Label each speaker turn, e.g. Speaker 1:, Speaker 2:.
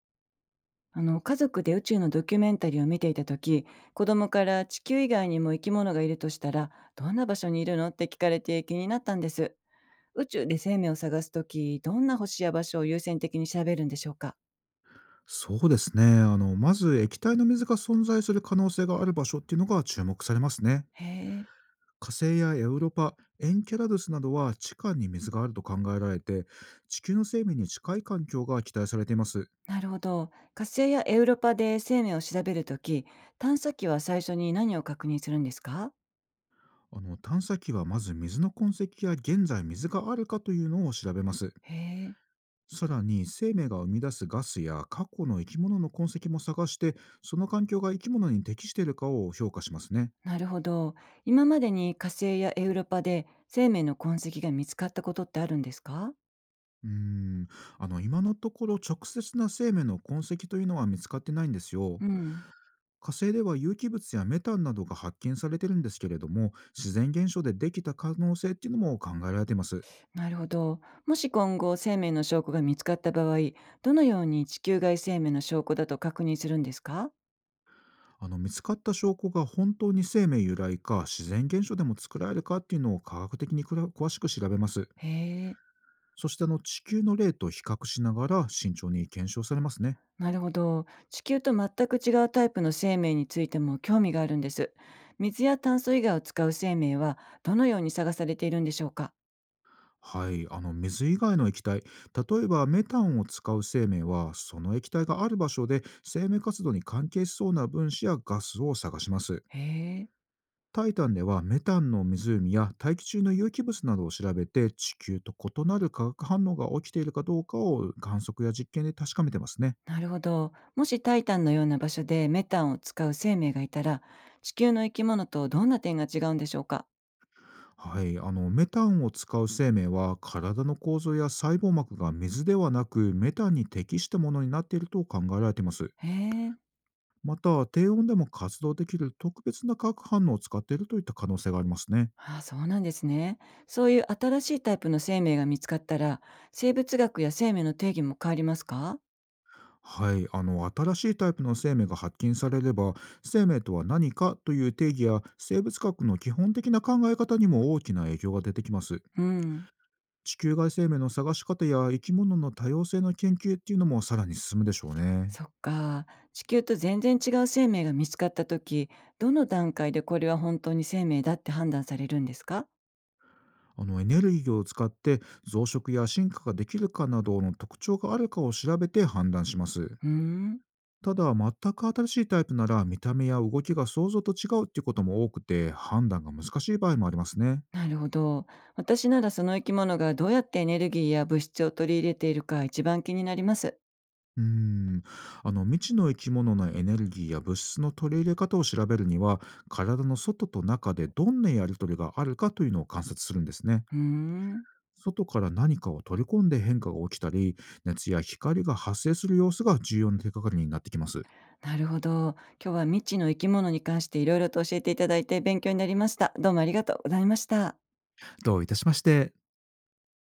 Speaker 1: 家族で宇宙のドキュメンタリーを見ていた時、子供から地球以外にも生き物がいるとしたらどんな場所にいるのって聞かれて気になったんです。宇宙で生命を探す時、どんな星や場所を優先的に調べるんでしょうか？
Speaker 2: そうですね。まず液体の水が存在する可能性がある場所っていうのが注目されますね。
Speaker 1: へえ。
Speaker 2: 火星やエウロパ、エンケラドゥスなどは地下に水があると考えられて、地球の生命に近い環境が期待されています。
Speaker 1: なるほど。火星やエウロパで生命を調べる時、探査機は最初に何を確認するんですか？
Speaker 2: 探査機は、まず水の痕跡や現在水があるかというのを調べます。
Speaker 1: へえ。
Speaker 2: さらに、生命が生み出すガスや過去の生き物の痕跡も探して、その環境が生き物に適しているかを評価しますね。
Speaker 1: なるほど。今までに火星やエウロパで生命の痕跡が見つかったことってあるんですか？
Speaker 2: うーん、今のところ、直接な生命の痕跡というのは見つかってないんですよ。
Speaker 1: うん。
Speaker 2: 火星では有機物やメタンなどが発見されてるんですけれども、自然現象でできた可能性っていうのも考えられています。
Speaker 1: なるほど。もし今後生命の証拠が見つかった場合、どのように地球外生命の証拠だと確認するんですか？
Speaker 2: 見つかった証拠が本当に生命由来か、自然現象でも作られるかっていうのを、科学的にくら詳しく調べます。
Speaker 1: へえ、
Speaker 2: そして、地球の例と比較しながら慎重に検証されますね。
Speaker 1: なるほど。地球と全く違うタイプの生命についても興味があるんです。水や炭素以外を使う生命はどのように探されているんでしょうか？
Speaker 2: はい、水以外の液体、例えばメタンを使う生命は、その液体がある場所で生命活動に関係しそうな分子やガスを探します。
Speaker 1: へえ、
Speaker 2: タイタンではメタンの湖や大気中の有機物などを調べて、地球と異なる化学反応が起きているかどうかを観測や実験で確かめてますね。
Speaker 1: なるほど。もしタイタンのような場所でメタンを使う生命がいたら、地球の生き物とどんな点が違うんでしょうか？
Speaker 2: はい、メタンを使う生命は、体の構造や細胞膜が水ではなくメタンに適したものになっていると考えられています。
Speaker 1: へえ。
Speaker 2: また、低温でも活動できる特別な化学反応を使っているといった可能性がありますね。
Speaker 1: ああ、そうなんですね。そういう新しいタイプの生命が見つかったら、生物学や生命の定義も変わりますか？
Speaker 2: はい、新しいタイプの生命が発見されれば、生命とは何かという定義や生物学の基本的な考え方にも大きな影響が出てきます。
Speaker 1: うん。
Speaker 2: 地球外生命の探し方や生き物の多様性の研究っていうのも、さらに進むでしょうね。
Speaker 1: そっか。地球と全然違う生命が見つかった時、どの段階でこれは本当に生命だって判断されるんですか？
Speaker 2: エネルギーを使って増殖や進化ができるかなどの特徴があるかを調べて判断します。
Speaker 1: うーん。
Speaker 2: ただ、全く新しいタイプなら見た目や動きが想像と違うっていうことも多くて、判断が難しい場合もありますね。
Speaker 1: なるほど。私ならその生き物がどうやってエネルギーや物質を取り入れているか一番気になります。
Speaker 2: うーん未知の生き物のエネルギーや物質の取り入れ方を調べるには、体の外と中でどんなやり取りがあるかというのを観察するんですね。
Speaker 1: うーん。
Speaker 2: 外から何かを取り込んで変化が起きたり、熱や光が発生する様子が重要な手がかりになってきます。
Speaker 1: なるほど。今日は未知の生き物に関していろいろと教えていただいて勉強になりました。どうもありがとうございました。
Speaker 2: どういたしまして。